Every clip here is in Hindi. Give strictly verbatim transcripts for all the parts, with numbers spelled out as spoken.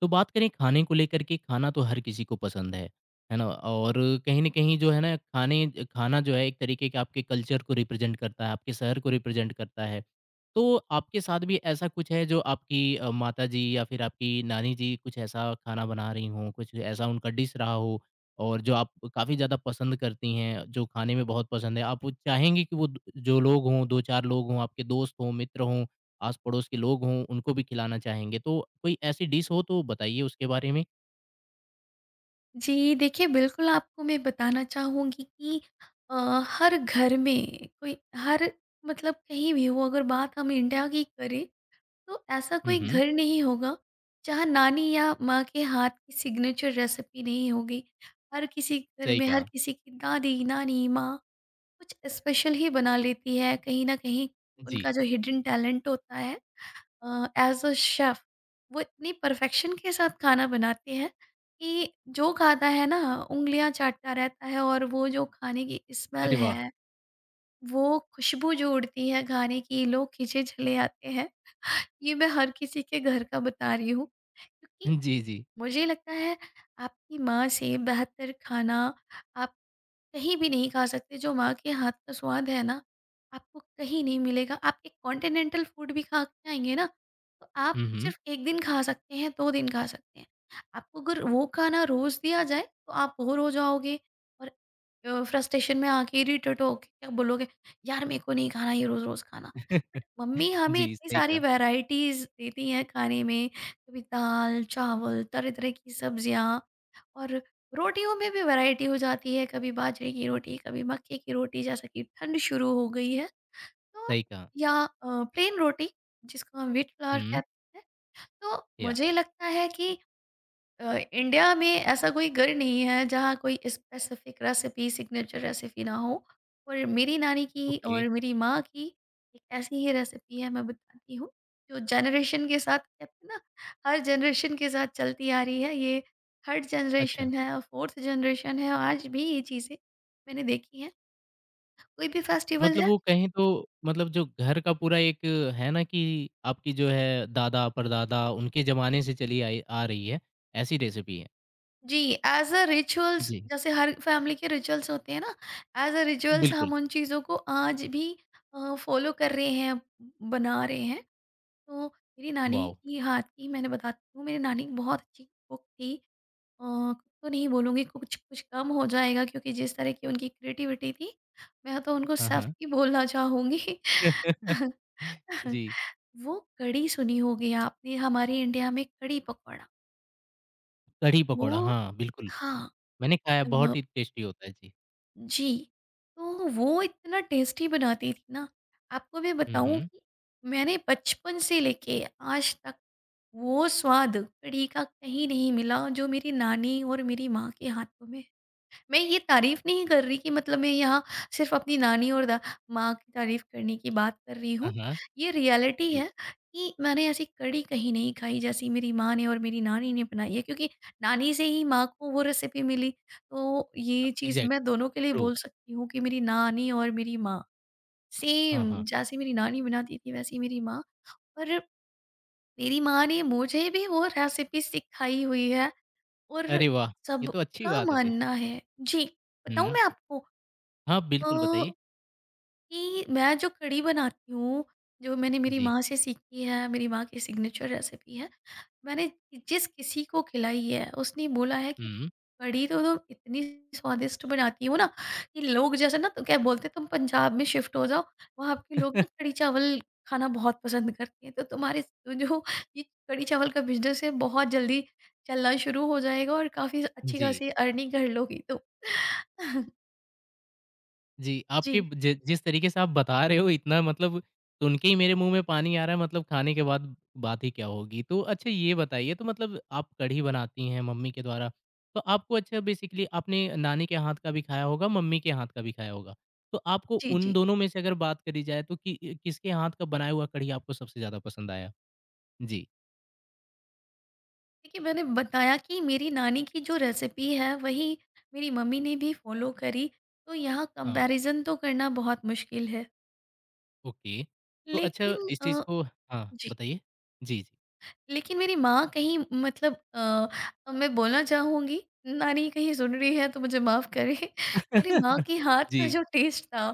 तो बात करें खाने को लेकर के, खाना तो हर किसी को पसंद है, है ना? और कहीं न कहीं जो है ना खाने खाना जो है एक तरीके के आपके कल्चर को रिप्रेज़ेंट करता है, आपके शहर को रिप्रेज़ेंट करता है। तो आपके साथ भी ऐसा कुछ है जो आपकी अ, माताजी या फिर आपकी नानी जी कुछ ऐसा खाना बना रही हों, कुछ ऐसा उनका डिश रहा हो और जो आप काफ़ी ज़्यादा पसंद करती हैं, जो खाने में बहुत पसंद है? आप वो चाहेंगी कि वो द जो लोग हों, दो चार लोग हों, आपके दोस्त हों, मित्र हों आस-पड़ोस के लोग हों, उनको भी खिलाना चाहेंगे, तो कोई ऐसी डिश हो तो बताइए उसके बारे में? जी, देखिए बिल्कुल आपको मैं बताना चाहूँगी कि अ, हर घर में कोई हर मतलब कहीं भी हो अगर बात हम इंडिया की करें तो ऐसा हुँ, कोई हुँ। घर नहीं होगा जहाँ नानी या माँ के हाथ की सिग्नेचर रेसिपी नहीं होगी। हर किसी घर सही में हर कहा। किसी की दादी, नानी, माँ कुछ स्पेशल ही बना लेती है। कहीं न कहीं जी। उनका जो हिडन टैलेंट होता है एज अ शेफ, वो इतनी परफेक्शन के साथ खाना बनाते हैं कि जो खाता है ना, उंगलियां चाटता रहता है और वो जो खाने की स्मेल अरे वाह! है, वो खुशबू जो उड़ती है खाने की, लोग खींचे चले आते हैं। ये मैं हर किसी के घर का बता रही हूँ क्योंकि जी, जी। मुझे लगता है आपकी माँ से बेहतर खाना आप कहीं भी नहीं खा सकते। जो माँ के हाथ का स्वाद है ना, आपको कहीं नहीं मिलेगा। आप एक कॉन्टिनेंटल फूड भी खा के आएँगे ना, तो आप हुँ, हुँ। सिर्फ एक दिन खा सकते हैं, दो दिन खा सकते हैं। आपको अगर वो खाना रोज़ दिया जाए तो आप बोर हो जाओगे और फ्रस्ट्रेशन में आके इरिटेट होके क्या बोलोगे, यार मेरे को नहीं खाना ये रोज रोज खाना। बट मम्मी हमें जी, इतनी सही सारी कहा। वैरायटीज देती हैं खाने में, कभी दाल चावल, तरह तरह की सब्जियाँ और रोटियों में भी वैरायटी हो जाती है, कभी बाजरे की रोटी, कभी मक्के की रोटी, जैसा कि ठंड शुरू हो गई है तो, सही कहा। या प्लेन रोटी जिसको हम व्हीट फ्लावर हुँ, कहते हैं। तो या मुझे लगता है कि अ, इंडिया में ऐसा कोई घर नहीं है जहाँ कोई स्पेसिफिक रेसिपी, सिग्नेचर रेसिपी ना हो। और मेरी नानी की ओके, और मेरी माँ की एक ऐसी ही रेसिपी है, मैं बताती हूँ। जो जनरेशन के साथ कहते हैं ना, हर जनरेशन के साथ चलती आ रही है ये। थर्ड अच्छा। जनरेशन है और फोर्थ जनरेशन है और आज भी ये चीज़ें मैंने देखी हैं। कोई भी फेस्टिवल मतलब है, वो जी। कहें तो मतलब जो घर का पूरा एक है ना कि आपकी जो है दादा-परदादा उनके ज़माने से चली आई आ रही है, ऐसी रेसिपी है। जी, एज़ अ रिचुअल्स, जी। जैसे हर फैमिली के रिचुअल्स होते हैं ना, एज़ अ रिचुअल्स हम बिल्कुल, उन चीज़ों को आज भी अ, फॉलो कर रहे हैं, बना रहे हैं। तो मेरी नानी वॉव! की हाथ की मैंने बताती हूँ, मेरी नानी बहुत अच्छी कुक थी। अ, cook तो नहीं बोलूँगी, कुछ कुछ कम हो जाएगा, क्योंकि जिस तरह की उनकी क्रिएटिविटी थी, मैं तो उनको हाँ, शेफ़ हाँ। ही बोलना चाहूँगी। जी। वो कढ़ी सुनी होगी आपने, हमारे इंडिया में कढ़ी पकौड़ा, कढ़ी वो, पकौड़ा, हाँ, बिल्कुल। हाँ। मैंने खाया है, बहुत ही टेस्टी होता है। जी। जी, तो वो इतना टेस्टी बनाती थी ना, आपको मैं हुँ, बताऊँ हुँ। कि मैंने बचपन से लेके आज तक वो स्वाद कढ़ी का कहीं नहीं मिला जो मेरी नानी और मेरी माँ के हाथों में है। मैं ये तारीफ़ नहीं कर रही कि मतलब मैं यहाँ सिर्फ़ अपनी नानी और दा माँ की तारीफ़ करने की बात कर रही हाँ, हूँ। हाँ। ये रियलिटी जी। है कि मैंने ऐसी कड़ी कहीं नहीं खाई जैसी मेरी माँ ने और मेरी नानी ने बनाई है, क्योंकि नानी से ही माँ को वो रेसिपी मिली। तो अ, ये चीज़ एग्ज़ैक्ट मैं दोनों के लिए ट्रू। बोल सकती हूँ कि मेरी नानी और मेरी माँ हाँ, सेम, हाँ। जैसी मेरी नानी बनाती थी वैसी मेरी माँ, पर मेरी माँ ने मुझे भी वो रेसिपी सिखाई हुई है और अरे वाह! ये तो अच्छी सबका बात है फिर। मानना है जी। बताऊँ हुँ। मैं आपको? हाँ, बिल्कुल बताइए। कि मैं जो कढ़ी बनाती हूँ, जो मैंने मेरी जी। माँ से सीखी है, मेरी माँ की सिग्नेचर रेसिपी है। मैंने जिस किसी को खिलाई है, उसने बोला है कि हुँ। कढ़ी तो तुम इतनी स्वादिष्ट बनाती हो ना कि लोग जैसे ना तो क्या बोलते हैं, तुम पंजाब में शिफ्ट हो जाओ, वहाँ के लोग ना कढ़ी चावल खाना बहुत पसंद करते हैं। तो तुम्हारे जो जो ये कढ़ी चावल का बिज़नेस है बहुत जल्दी चलना शुरू हो जाएगा और काफ़ी अच्छी जी। खासी अर्निंग कर लोगी तुम। जी, आपके जी, जि जिस तरीके से आप बता रहे हो इतना मतलब सुन के ही मेरे मुँह में पानी आ रहा है मतलब खाने के बाद बात ही क्या होगी। तो अच्छा ये बताइए तो मतलब आप कढ़ी बनाती हैं मम्मी के द्वारा, तो आपको अच्छा बेसिकली आपने नानी के हाथ का भी खाया होगा, मम्मी के हाथ का भी खाया होगा। तो आपको जी, उन जी। दोनों में से अगर बात करी जाए तो कि अ, किसके हाथ का बनाया हुआ कढ़ी आपको सबसे ज़्यादा पसंद आया? जी, देखिए मैंने बताया कि मेरी नानी की जो रेसिपी है वही मेरी मम्मी ने भी फॉलो करी, तो यहाँ हाँ, कंपैरिज़न तो करना बहुत मुश्किल है। ओके। तो अच्छा लेकिन इस अ, चीज़ को हाँ, जी। बताइए? जी, जी। लेकिन मेरी माँ, कहीं मतलब, अ, मैं बोलना चाहूँगी, नानी कहीं सुन रही है तो मुझे माफ़ करें। मेरी माँ के हाथ का जी। जो टेस्ट था,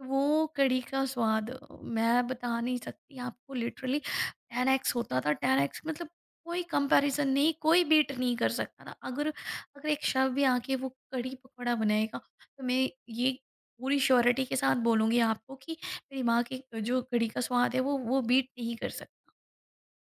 वो कढ़ी का स्वाद मैं बता नहीं सकती आपको, लिटरली टेन एक्स होता था, टेन एक्स मतलब कोई कंपैरिज़न नहीं, कोई बीट नहीं कर सकता था। अगर अगर एक शेफ़ भी आके वो कढ़ी पकौड़ा बनाएगा, तो मैं ये पूरी श्योरिटी के साथ बोलूँगी आपको कि मेरी माँ की जो कढ़ी का स्वाद है वो वो बीट नहीं कर सकता।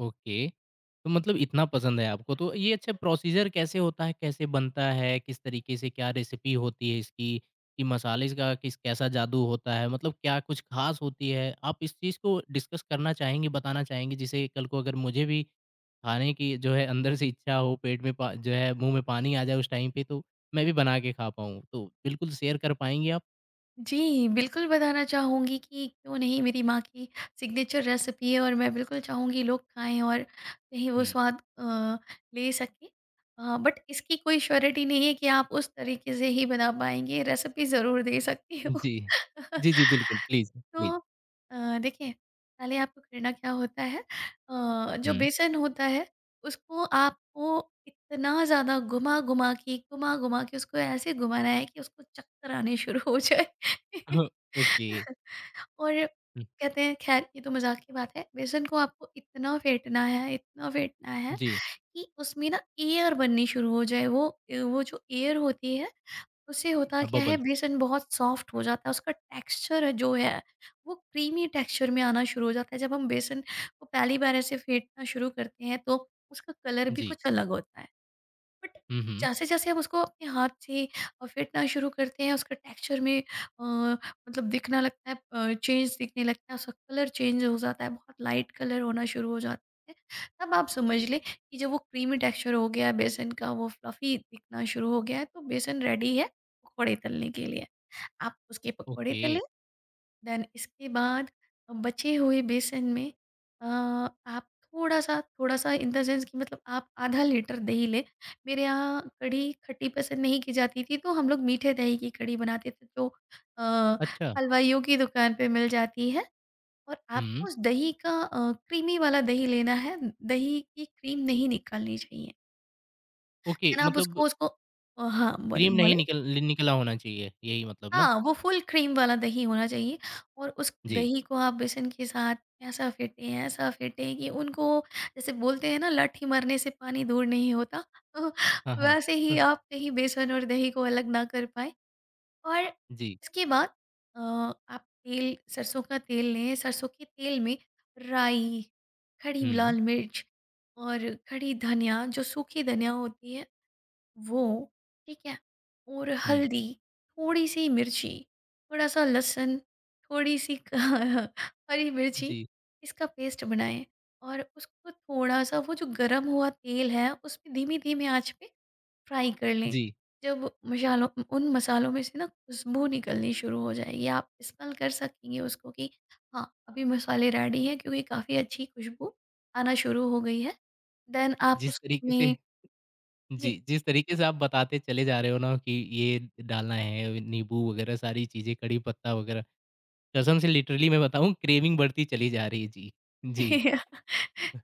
ओके। तो मतलब इतना पसंद है आपको, तो ये अच्छा प्रोसीजर कैसे होता है? कैसे बनता है? किस तरीके से क्या रेसिपी होती है इसकी? कि मसाले का किस कैसा जादू होता है? मतलब क्या कुछ ख़ास होती है? आप इस चीज़ को डिस्कस करना चाहेंगी, बताना चाहेंगी? जिसे कल को अगर मुझे भी खाने की जो है अंदर से इच्छा हो, पेट में पा जो है मुँह में पानी आ जाए उस टाइम पे, तो मैं भी बना के खा पाऊँ। तो बिल्कुल शेयर कर पाएँगी आप? जी, बिल्कुल बताना चाहूँगी, कि क्यों नहीं, मेरी माँ की सिग्नेचर रेसिपी है और मैं बिल्कुल चाहूँगी लोग खाएँ और कहीं वो हुँ, स्वाद अ, ले सकें। अ, बट इसकी कोई श्योरिटी नहीं है कि आप उस तरीके से ही बना पाएँगे, रेसिपी ज़रूर दे सकती हूँ। जी। जी, जी, बिल्कुल। Please, please. तो अ, देखिए, पहले आपको करना क्या होता है, अ, जो हुँ। बेसन होता है, उसको आपको इतना ज़्यादा घुमा-घुमा के, घुमा-घुमा के उसको ऐसे घुमाना है कि उसको चक्कर आने शुरू हो जाए। ओके। और हुँ, कहते हैं, खैर ये तो मज़ाक की बात है, बेसन को आपको इतना फेंटना है, इतना फेंटना है जी। कि उसमें ना एयर बननी शुरू हो जाए। वो अ, वो जो एयर होती है, उससे होता अ, क्या है, बबल्स। बेसन बहुत सॉफ्ट हो जाता है, उसका टेक्सचर जो है वो क्रीमी टेक्सचर में आना शुरू हो जाता है। जब हम बेसन को पहली बार ऐसे फेंटना शुरू करते हैं तो उसका कलर भी जी। कुछ अलग होता है। बट हुँ, हुँ। जैसे जैसे आप उसको अपने हाथ से अ, फेंटना शुरू करते हैं, उसका टेक्सचर में अ, मतलब दिखना लगता है, चेंज दिखने लगता है, उसका कलर चेंज हो जाता है, बहुत लाइट कलर होना शुरू हो जाता है। तब आप समझ लें कि जब वो क्रीमी टेक्सचर हो गया है बेसन का, वो फ्लफी दिखना शुरू हो गया है, तो बेसन रेडी है पकौड़े तलने के लिए, आप उसके पकौड़े ओके। तलें। देन इसके बाद बचे हुए बेसन में, अ, आप थोड़ा सा थोड़ा-सा, इन द सेंस कि मतलब, आप आधा लीटर दही लें। मेरे यहाँ कढ़ी खट्टी पसंद नहीं की जाती थी, तो हम लोग मीठे दही की कढ़ी बनाते थे जो अ, अच्छा। हलवाइयों की दुकान पे मिल जाती है। और आपको हुँ। उस दही का अ, क्रीमी वाला दही लेना है, दही की क्रीम नहीं निकालनी चाहिए। ओके देन आप मतलब उसको उसको अ, हाँ, बोल क्रीम बोले? नहीं निकल निकला होना चाहिए, यही मतलब ना? हाँ, वो फुल क्रीम वाला दही होना चाहिए और उस जी। दही को आप बेसन के साथ ऐसा फेंटें, ऐसा फेंटें कि उनको, जैसे बोलते हैं ना, लाठी मारने से पानी दूर नहीं होता, तो हाँ, हाँ। वैसे ही हुँ, आप कहीं बेसन और दही को अलग ना कर पाएँ। और जी। इसके बाद अ, आप तेल, सरसों का तेल लें, सरसों के तेल में राई, खड़ी हुँ, लाल मिर्च और खड़ी धनिया जो सूखी धनिया होती है वो, ठीक है? और हुँ। हल्दी, थोड़ी-सी मिर्ची, थोड़ा-सा लहसुन, थोड़ी-सी क हरी मिर्ची, जी, इसका पेस्ट बनाएँ और उसको थोड़ा-सा वो जो गरम हुआ तेल है, उसमें धीमी-धीमी आँच पे फ्राई कर लें। जी। जब मसालों, उन मसालों में से ना खुशबू निकलनी शुरू हो जाएगी, आप स्मेल कर सकेंगे उसको कि हाँ, अभी मसाले रेडी हैं क्योंकि काफ़ी अच्छी खुशबू आना शुरू हो गई है। देन आप जिस तरीके से उसमें, जी। जी, जिस तरीके से आप बताते चले जा रहे हो ना कि ये डालना है, नींबू वगैरह सारी चीज़ें, कड़ी पत्ता वगैरह, कसम से लिटरली मैं बताऊँ क्रेविंग बढ़ती चली जा रही है। जी, जी।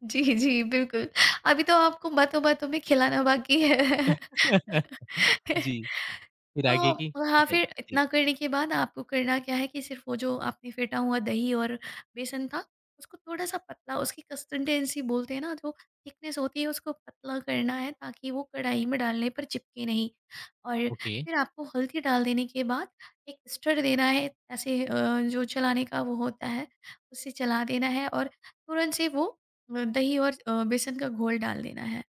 जी, जी, बिल्कुल। अभी तो आपको बातों-बातों में खिलाना बाकी है। जी, फिर आगे की तो हाँ, बताइए? फिर जी। इतना करने के बाद आपको करना क्या है कि सिर्फ़ वो जो आपने फेंटा हुआ दही और बेसन था, उसको थोड़ा-सा पतला, उसकी कंसिस्टेंसी बोलते हैं ना जो, थिकनेस होती है उसको पतला करना है ताकि वो कढ़ाई में डालने पर चिपके नहीं। और ओके, फिर आपको हल्दी डाल देने के बाद एक स्टर देना है ऐसे, अ, जो चलाने का वो होता है, उससे चला देना है और तुरंत से वो अ, दही और अ, बेसन का घोल डाल देना है।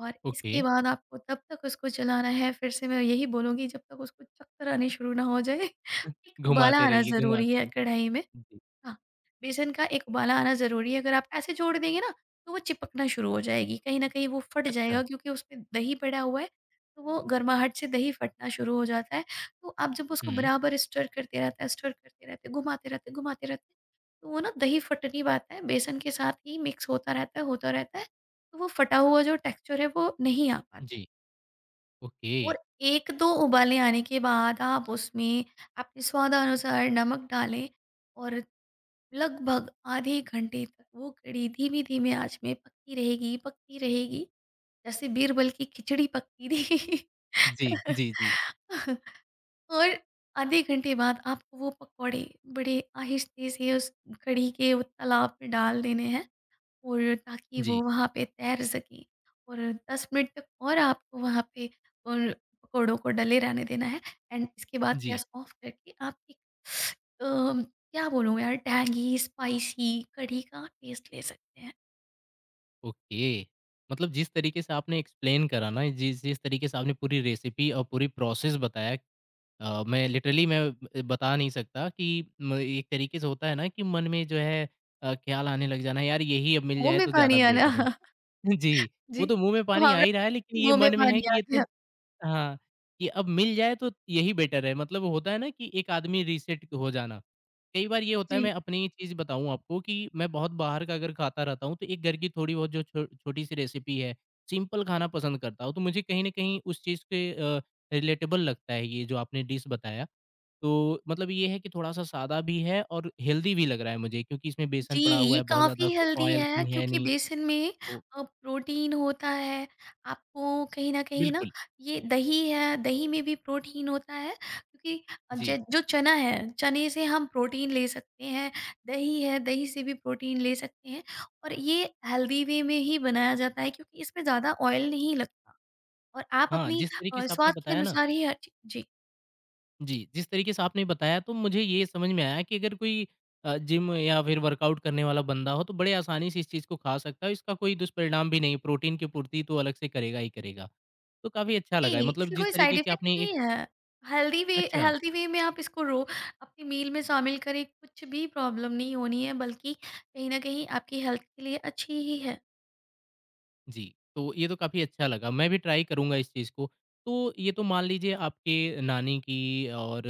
और ओके। इसके बाद आपको तब तक उसको चलाना है, फिर से मैं यही बोलूँगी, जब तक उसको चक्कर आने शुरू ना हो जाए। एक उबाला घुमाते आना रहिए, ज़रूरी घुमाते है रहिए। कढ़ाई में। जी। हाँ, बेसन का एक उबाला आना ज़रूरी है, अगर आप ऐसे छोड़ देंगे ना, तो वो चिपकना शुरू हो जाएगी, कहीं न कहीं वो फट अच्छा। जाएगा, क्योंकि उसमें दही पड़ा हुआ है, तो वो गर्माहट से दही फटना शुरू हो जाता है। तो आप जब उसको हुँ। बराबर स्टर करते रहते हैं, स्टर करते रहते हैं, घुमाते रहते हैं, घुमाते रहते हैं, तो वो ना दही फट नहीं पाता है, बेसन के साथ ही मिक्स होता रहता है, होता रहता है, तो वो फटा हुआ जो टेक्सचर है वो नहीं आ पाता जी। है। ओके। और एक दो उबाले आने के बाद आप उसमें अपने स्वादानुसार नमक डालें और लगभग आधे घंटे तक वो कढ़ी धीमी-धीमी आँच में पकती रहेगी, पकती रहेगी, जैसे बीरबल की खिचड़ी पकती थी। जी, जी, जी। और आधे घंटे बाद आपको वो पकौड़े बड़े आहिस्ते से उस कढ़ी के वो तालाब में डाल देने हैं। और ताकि वो जी, वहाँ पे तैर सकें और दस मिनट तक और आपको वहाँ पे उन पकौड़ों को डले रहने देना है। एंड इसके बाद जी। गैस ऑफ करके आप एक, अम, क्या बोलूँ यार, टैंगी, स्पाइसी कढ़ी का टेस्ट ले सकते हैं। ओके। मतलब जिस तरीके से आपने एक्सप्लेन करा ना, जिस जिस तरीके से आपने पूरी रेसिपी और पूरी प्रोसेस बताया अ, मैं लिटरली मैं अ, बता नहीं सकता कि म एक तरीके से होता है ना कि मन में जो है अ, ख़्याल आने लग जाना, "यार, यही अब मिल मुँह जाए में तो ज़्यादा पानी आना। बेटर है।" जी, जी, वो तो मुँह एक में पानी आ मुहावरा, ही रहा है, लेकिन ये मुँह में मन में है पानी कि आ ये तो गया। हाँ, कि अब मिल जाए तो यही बेटर है। मतलब होता है ना कि एक आदमी रीसेट हो जाना। कई बार ये होता है जी। मैं अपनी चीज़ बताऊँ आपको कि मैं बहुत बाहर का अगर खाता रहता हूँ तो एक घर की थोड़ी बहुत जो छो छोटी-सी रेसिपी है, सिंपल खाना पसंद करता हूँ। तो मुझे कहीं न कहीं उस चीज़ के अ, रिलेटेबल लगता है ये जो आपने डिश बताया। तो मतलब ये है कि थोड़ा-सा सादा भी है और हेल्दी भी लग रहा है मुझे क्योंकि इसमें बेसन जी, पड़ा हुआ ये है, बहुत काफ़ी ज़्यादा हेल्दी ऑयल है किंग है क्योंकि नहीं। बेसन में तो अ, प्रोटीन होता है। आपको कहीं न कहीं ना, बिल्कुल, ये दही है, दही में भी प्रोटीन होता है, क्योंकि अ, ज जी। जो चना है, चने से हम प्रोटीन ले सकते हैं, दही है, दही से भी प्रोटीन ले सकते हैं और ये हेल्दी वे में ही बनाया जाता है, क्योंकि इसमें ज़्यादा ऑयल नहीं लगता और आप हाँ, अपनी जिस तरीके अ, से आपने स्वाद के बताया ना अनुसार ही हर ची जी। जी, जिस तरीके से आपने बताया तो मुझे ये समझ में आया कि अगर कोई अ, जिम या फिर वर्कआउट करने वाला बंदा हो तो बड़े आसानी से इस चीज़ को खा सकता है, इसका कोई दुष्परिणाम भी नहीं, प्रोटीन की पूर्ति तो अलग से करेगा ही करेगा। तो काफ़ी अच्छा लगा है जी, मतलब इसकी जिस कोई साइड तरीके की इफ़ेक्ट आपने एक नहीं है। हेल्दी वे अच्छा। हेल्दी वे में आप इसको रो अपनी मील में शामिल करें, कुछ भी प्रॉब्लम नहीं होनी है, बल्कि कहीं न कहीं आपकी हेल्थ के लिए अच्छी ही है। जी, तो ये तो काफ़ी अच्छा लगा, मैं भी ट्राई करूँगा इस चीज़ को। तो ये तो मान लीजिए आपके नानी की और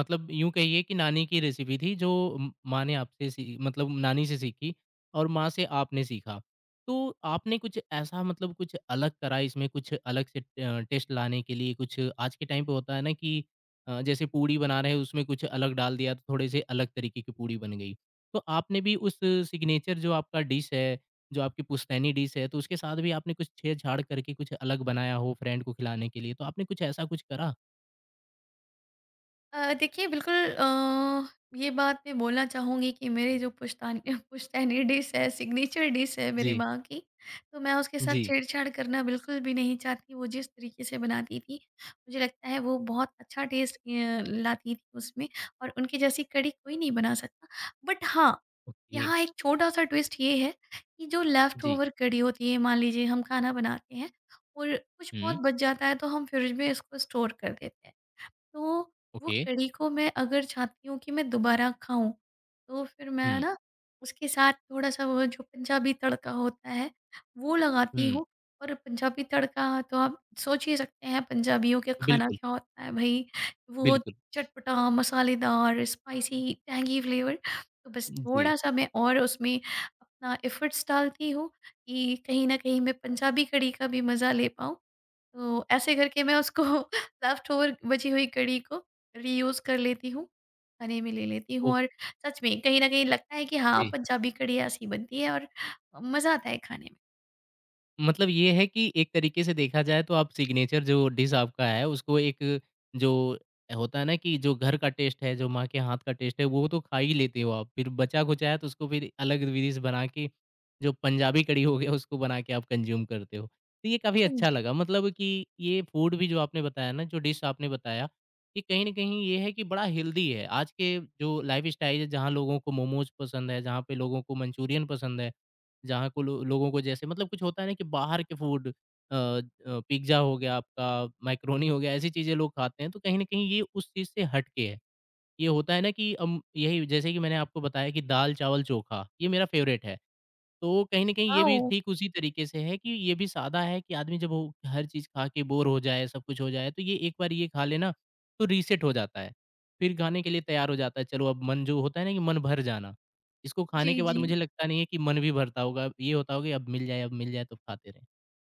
मतलब यूँ कहिए कि नानी की रेसिपी थी जो म माँ ने आपसे सी मतलब नानी से सीखी और माँ से आपने सीखा। तो आपने कुछ ऐसा मतलब कुछ अलग करा इसमें कुछ अलग से अ, टेस्ट लाने के लिए कुछ आज के टाइम पे होता है ना कि अ, जैसे पूड़ी बना रहे हैं उसमें कुछ अलग डाल दिया तो थोड़े से अलग तरीके की पूड़ी बन गई। तो आपने भी उस सिग्नेचर जो आपका डिश है जो आपकी पुश्तैनी डिश है, तो उसके साथ भी आपने कुछ छेड़छाड़ करके कुछ अलग बनाया हो फ्रेंड को खिलाने के लिए, तो आपने कुछ ऐसा कुछ करा? अ, देखिए बिल्कुल, अ, ये बात मैं बोलना चाहूँगी कि मेरी जो पुश्तैनी पुश्तैनी डिश है, सिग्नेचर डिश है मेरी जी, माँ की, तो मैं उसके साथ जी। छेड़छाड़ करना बिल्कुल भी नहीं चाहती। वो जिस तरीके से बनाती थी, मुझे लगता है वो बहुत अच्छा टेस्ट अ, लाती थी उसमें और उनकी जैसी कढ़ी कोई नहीं बना सकता। बट हाँ, ओके, यहाँ एक छोटा-सा ट्विस्ट ये है कि जो लेफ्ट जी। ओवर कढ़ी होती है, मान लीजिए हम खाना बनाते हैं और कुछ बहुत हुँ, बच जाता है, तो हम फ्रिज में इसको स्टोर कर देते हैं। तो वो ओके। कढ़ी को मैं अगर चाहती हूँ कि मैं दोबारा खाऊँ, तो फिर मैं हुँ, ना उसके साथ थोड़ा-सा वो जो पंजाबी तड़का होता है, वो लगाती हुँ, हूँ और पंजाबी तड़का तो आप सोच ही सकते हैं पंजाबियों के खाना बिल्कुल, क्या होता है भई, वो बिल्कुल। चटपटा, मसालेदार, स्पाइसी, टैंगी फ्लेवर। तो बस जी, थोड़ा-सा मैं और उसमें अपना एफर्ट्स डालती हूँ कि कहीं न कहीं मैं पंजाबी कढ़ी का भी मज़ा ले पाऊँ। तो ऐसे करके मैं उसको लेफ्ट ओवर बची हुई कड़ी को रीयूज़ कर लेती हूँ, खाने में ले लेती हूँ ओ और सच में कहीं न कहीं लगता है कि हाँ, जी। पंजाबी कड़ी ऐसी बनती है और मज़ा आता है खाने में। मतलब ये है कि एक तरीके से देखा जाए तो आप सिग्नेचर जो डिश आपका है उसको एक जो होता है ना कि जो घर का टेस्ट है, जो माँ के हाथ का टेस्ट है वो तो खा ही लेते हो आप। फिर बचा-खुचा है तो उसको फिर अलग डिश बना के जो पंजाबी कढ़ी हो गया उसको बना के आप कंज़्यूम करते हो। तो ये काफ़ी हाँ अच्छा जी। लगा मतलब कि ये फूड भी जो आपने बताया ना, जो डिश आपने बताया कि कहीं न कहीं ये है कि बड़ा हेल्दी है। आज के जो लाइफ़स्टाइल है जहाँ लोगों को मोमोज़ पसंद है, जहाँ पे लोगों को मंचूरियन पसंद है। जहाँ को लो लोगों को जैसे मतलब कुछ होता है ना कि बाहर के फूड अ अ, पिज़्ज़ा हो गया आपका, मैकरोनी हो गया, ऐसी चीज़ें लोग खाते हैं, तो कहीं न कहीं ये उस चीज़ से हट के है। ये होता है ना कि अम, यही जैसे कि मैंने आपको बताया कि दाल-चावल-चोखा, ये मेरा फ़ेवरेट है। तो कहीं न कहीं ये आओ। भी ठीक उसी तरीके से है कि ये भी सादा है कि आदमी जब वो हर चीज़ खा के बोर हो जाए, सब कुछ हो जाए, तो ये एक बार ये खा ले ना, तो रीसेट हो जाता है। फिर खाने के लिए तैयार हो जाता है, चलो अब मन जो होता है ना कि मन भर जाना, इसको जी, खाने के बाद जी। मुझे लगता नहीं है कि मन भी भरता होगा, ये होता होगा कि अब मिल जाए अब मिल जाए तो खाते रहें।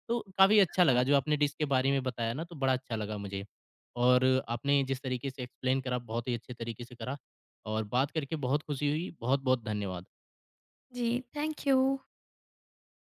तो काफ़ी अच्छा हाँ, लगा जो आपने डिश के बारे में बताया ना तो बड़ा अच्छा लगा मुझे। और आपने जिस तरीके से एक्सप्लेन करा बहुत ही अच्छे तरीके से करा और बात करके बहुत खुशी हुई, बहुत-बहुत धन्यवाद। जी, थैंक यू।